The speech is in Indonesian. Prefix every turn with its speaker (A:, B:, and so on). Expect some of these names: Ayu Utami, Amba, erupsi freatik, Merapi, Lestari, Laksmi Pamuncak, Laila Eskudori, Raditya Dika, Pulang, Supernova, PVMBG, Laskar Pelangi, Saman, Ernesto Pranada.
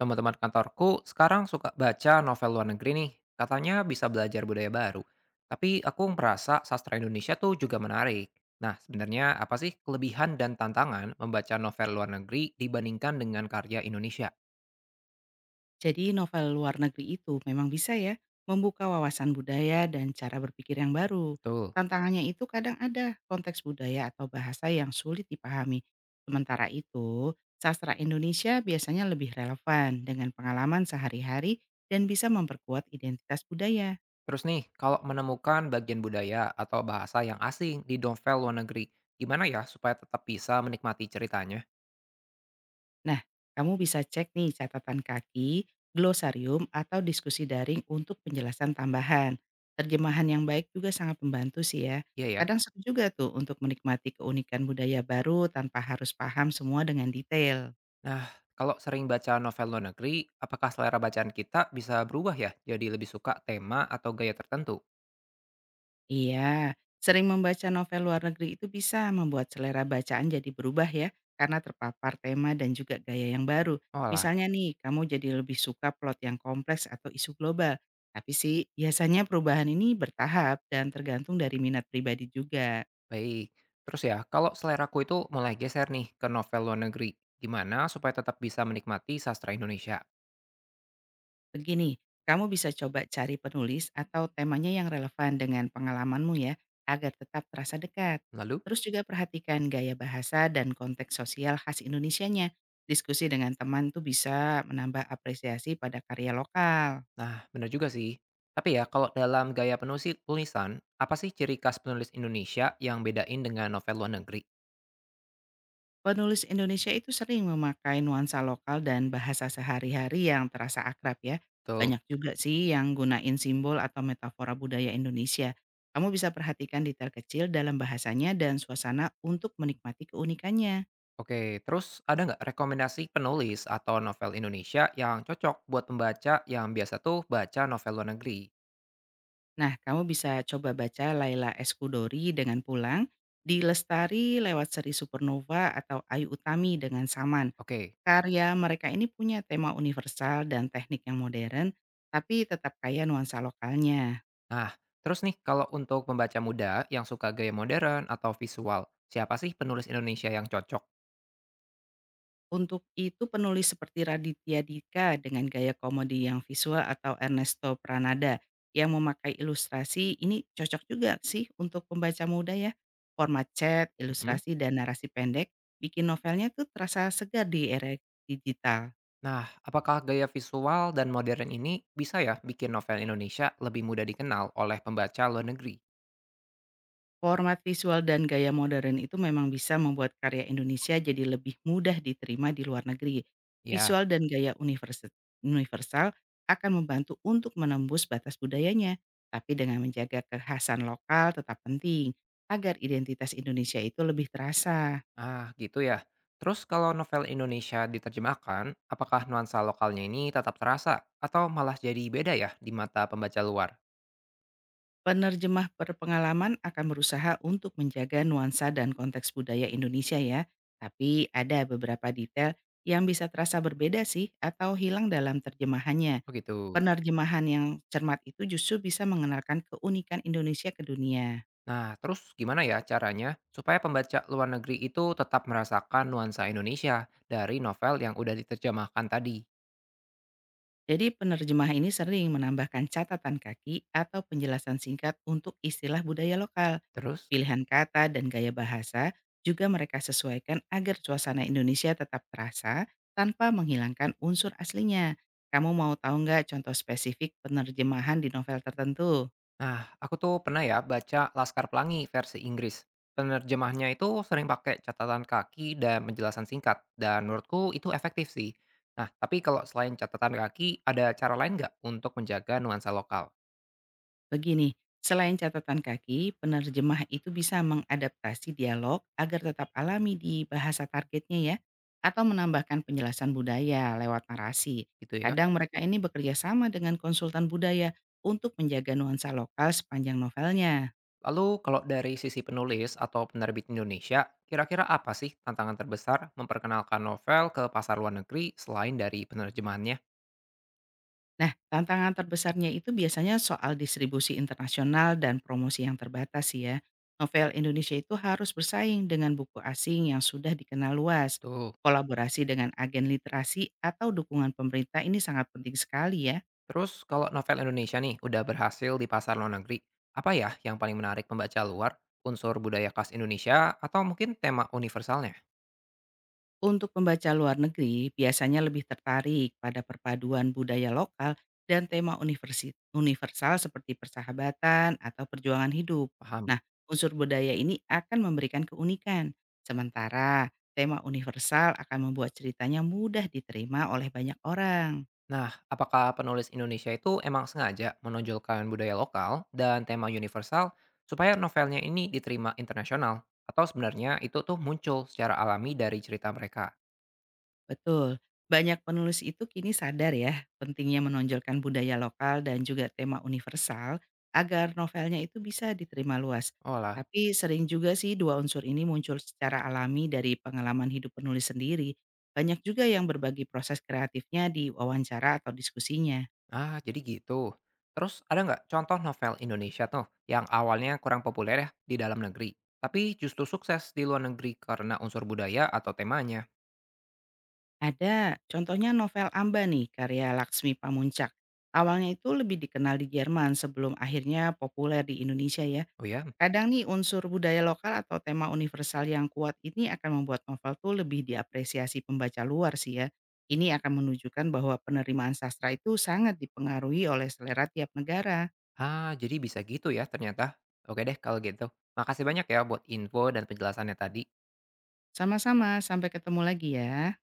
A: Teman-teman kantorku sekarang suka baca novel luar negeri nih. Katanya bisa belajar budaya baru. Tapi aku merasa sastra Indonesia tuh juga menarik. Nah, sebenarnya apa sih kelebihan dan tantangan membaca novel luar negeri dibandingkan dengan karya Indonesia?
B: Jadi novel luar negeri itu memang bisa ya membuka wawasan budaya dan cara berpikir yang baru.
A: Betul.
B: Tantangannya itu kadang ada konteks budaya atau bahasa yang sulit dipahami. Sementara itu, sastra Indonesia biasanya lebih relevan dengan pengalaman sehari-hari dan bisa memperkuat identitas budaya.
A: Terus nih, kalau menemukan bagian budaya atau bahasa yang asing di novel luar negeri, gimana ya supaya tetap bisa menikmati ceritanya?
B: Nah, kamu bisa cek nih catatan kaki, glosarium, atau diskusi daring untuk penjelasan tambahan. Terjemahan yang baik juga sangat membantu sih ya.
A: Iya ya.
B: Kadang seru juga tuh untuk menikmati keunikan budaya baru tanpa harus paham semua dengan detail.
A: Nah, kalau sering baca novel luar negeri, apakah selera bacaan kita bisa berubah ya? Jadi lebih suka tema atau gaya tertentu?
B: Iya, sering membaca novel luar negeri itu bisa membuat selera bacaan jadi berubah ya, karena terpapar tema dan juga gaya yang baru.
A: Oh lah,
B: Misalnya nih, kamu jadi lebih suka plot yang kompleks atau isu global. Tapi sih, biasanya perubahan ini bertahap dan tergantung dari minat pribadi juga.
A: baik. Terus ya, kalau seleraku itu mulai geser nih ke novel luar negeri, gimana supaya tetap bisa menikmati sastra Indonesia?
B: Begini, kamu bisa coba cari penulis atau temanya yang relevan dengan pengalamanmu ya, agar tetap terasa dekat.
A: Lalu?
B: Terus juga perhatikan gaya bahasa dan konteks sosial khas Indonesianya. Diskusi dengan teman tuh bisa menambah apresiasi pada karya lokal.
A: Nah, benar juga sih. Tapi ya, kalau dalam gaya penulis tulisan, apa sih ciri khas penulis Indonesia yang bedain dengan novel luar negeri?
B: Penulis Indonesia itu sering memakai nuansa lokal dan bahasa sehari-hari yang terasa akrab ya.
A: Betul.
B: Banyak juga sih yang gunain simbol atau metafora budaya Indonesia. Kamu bisa perhatikan detail kecil dalam bahasanya dan suasana untuk menikmati keunikannya.
A: Oke, terus ada nggak rekomendasi penulis atau novel Indonesia yang cocok buat pembaca yang biasa tuh baca novel luar negeri?
B: Nah, kamu bisa coba baca Laila Eskudori dengan Pulang, di Lestari lewat seri Supernova atau Ayu Utami dengan Saman.
A: Oke,
B: Karya mereka ini punya tema universal dan teknik yang modern, tapi tetap kaya nuansa lokalnya.
A: nah terus nih kalau untuk pembaca muda yang suka gaya modern atau visual, siapa sih penulis Indonesia yang cocok?
B: Untuk itu penulis seperti Raditya Dika dengan gaya komedi yang visual atau Ernesto Pranada yang memakai ilustrasi ini cocok juga sih untuk pembaca muda ya. Format chat,
A: Mm-mm.
B: ilustrasi, dan narasi pendek bikin novelnya tuh terasa segar di era digital.
A: Nah, apakah gaya visual dan modern ini bisa ya bikin novel Indonesia lebih mudah dikenal oleh pembaca luar negeri?
B: Format visual dan gaya modern itu memang bisa membuat karya Indonesia jadi lebih mudah diterima di luar negeri.
A: Ya.
B: Visual dan gaya universal akan membantu untuk menembus batas budayanya, tapi dengan menjaga kekhasan lokal tetap penting agar identitas Indonesia itu lebih terasa.
A: Ah, gitu ya. Terus kalau novel Indonesia diterjemahkan, apakah nuansa lokalnya ini tetap terasa atau malah jadi beda ya di mata pembaca luar?
B: Penerjemah berpengalaman akan berusaha untuk menjaga nuansa dan konteks budaya Indonesia ya, tapi ada beberapa detail yang bisa terasa berbeda sih atau hilang dalam terjemahannya.
A: Oh gitu.
B: Penerjemahan yang cermat itu justru bisa mengenalkan keunikan Indonesia ke dunia.
A: Nah, terus gimana ya caranya supaya pembaca luar negeri itu tetap merasakan nuansa Indonesia dari novel yang udah diterjemahkan tadi?
B: Jadi penerjemah ini sering menambahkan catatan kaki atau penjelasan singkat untuk istilah budaya lokal.
A: Terus?
B: Pilihan kata dan gaya bahasa juga mereka sesuaikan agar suasana Indonesia tetap terasa tanpa menghilangkan unsur aslinya. Kamu mau tahu nggak contoh spesifik penerjemahan di novel tertentu?
A: Nah, aku tuh pernah ya baca Laskar Pelangi versi Inggris. Penerjemahnya itu sering pakai catatan kaki dan penjelasan singkat, dan menurutku itu efektif sih. Nah, tapi kalau selain catatan kaki, ada cara lain nggak untuk menjaga nuansa lokal?
B: Begini, selain catatan kaki, penerjemah itu bisa mengadaptasi dialog agar tetap alami di bahasa targetnya ya, atau menambahkan penjelasan budaya lewat narasi.
A: Gitu ya.
B: Kadang mereka ini bekerja sama dengan konsultan budaya untuk menjaga nuansa lokal sepanjang novelnya.
A: Lalu kalau dari sisi penulis atau penerbit Indonesia, kira-kira apa sih tantangan terbesar memperkenalkan novel ke pasar luar negeri selain dari penerjemahannya?
B: Nah, tantangan terbesarnya itu biasanya soal distribusi internasional dan promosi yang terbatas sih ya. Novel Indonesia itu harus bersaing dengan buku asing yang sudah dikenal luas.
A: Tuh.
B: Kolaborasi dengan agen literasi atau dukungan pemerintah ini sangat penting sekali ya.
A: Terus kalau novel Indonesia nih udah berhasil di pasar luar negeri, apa ya yang paling menarik pembaca luar? Unsur budaya khas Indonesia atau mungkin tema universalnya?
B: Untuk pembaca luar negeri biasanya lebih tertarik pada perpaduan budaya lokal dan tema universal seperti persahabatan atau perjuangan hidup.
A: Paham.
B: Nah, unsur budaya ini akan memberikan keunikan. Sementara tema universal akan membuat ceritanya mudah diterima oleh banyak orang.
A: Nah, apakah penulis Indonesia itu emang sengaja menonjolkan budaya lokal dan tema universal supaya novelnya ini diterima internasional? Atau sebenarnya itu tuh muncul secara alami dari cerita mereka?
B: Betul. Banyak penulis itu kini sadar ya, pentingnya menonjolkan budaya lokal dan juga tema universal agar novelnya itu bisa diterima luas.
A: Oh lah.
B: Tapi sering juga sih dua unsur ini muncul secara alami dari pengalaman hidup penulis sendiri. Banyak juga yang berbagi proses kreatifnya di wawancara atau diskusinya.
A: Ah, jadi gitu. Terus ada nggak contoh novel Indonesia tuh yang awalnya kurang populer ya di dalam negeri, tapi justru sukses di luar negeri karena unsur budaya atau temanya?
B: Ada contohnya novel Amba nih, karya Laksmi Pamuncak. Awalnya itu lebih dikenal di Jerman sebelum akhirnya populer di Indonesia ya.
A: Oh ya?
B: Kadang nih unsur budaya lokal atau tema universal yang kuat ini akan membuat novel tuh lebih diapresiasi pembaca luar sih ya. Ini akan menunjukkan bahwa penerimaan sastra itu sangat dipengaruhi oleh selera tiap negara.
A: Ah, jadi bisa gitu ya ternyata. Oke deh kalau gitu. Makasih banyak ya buat info dan penjelasannya tadi.
B: Sama-sama, sampai ketemu lagi ya.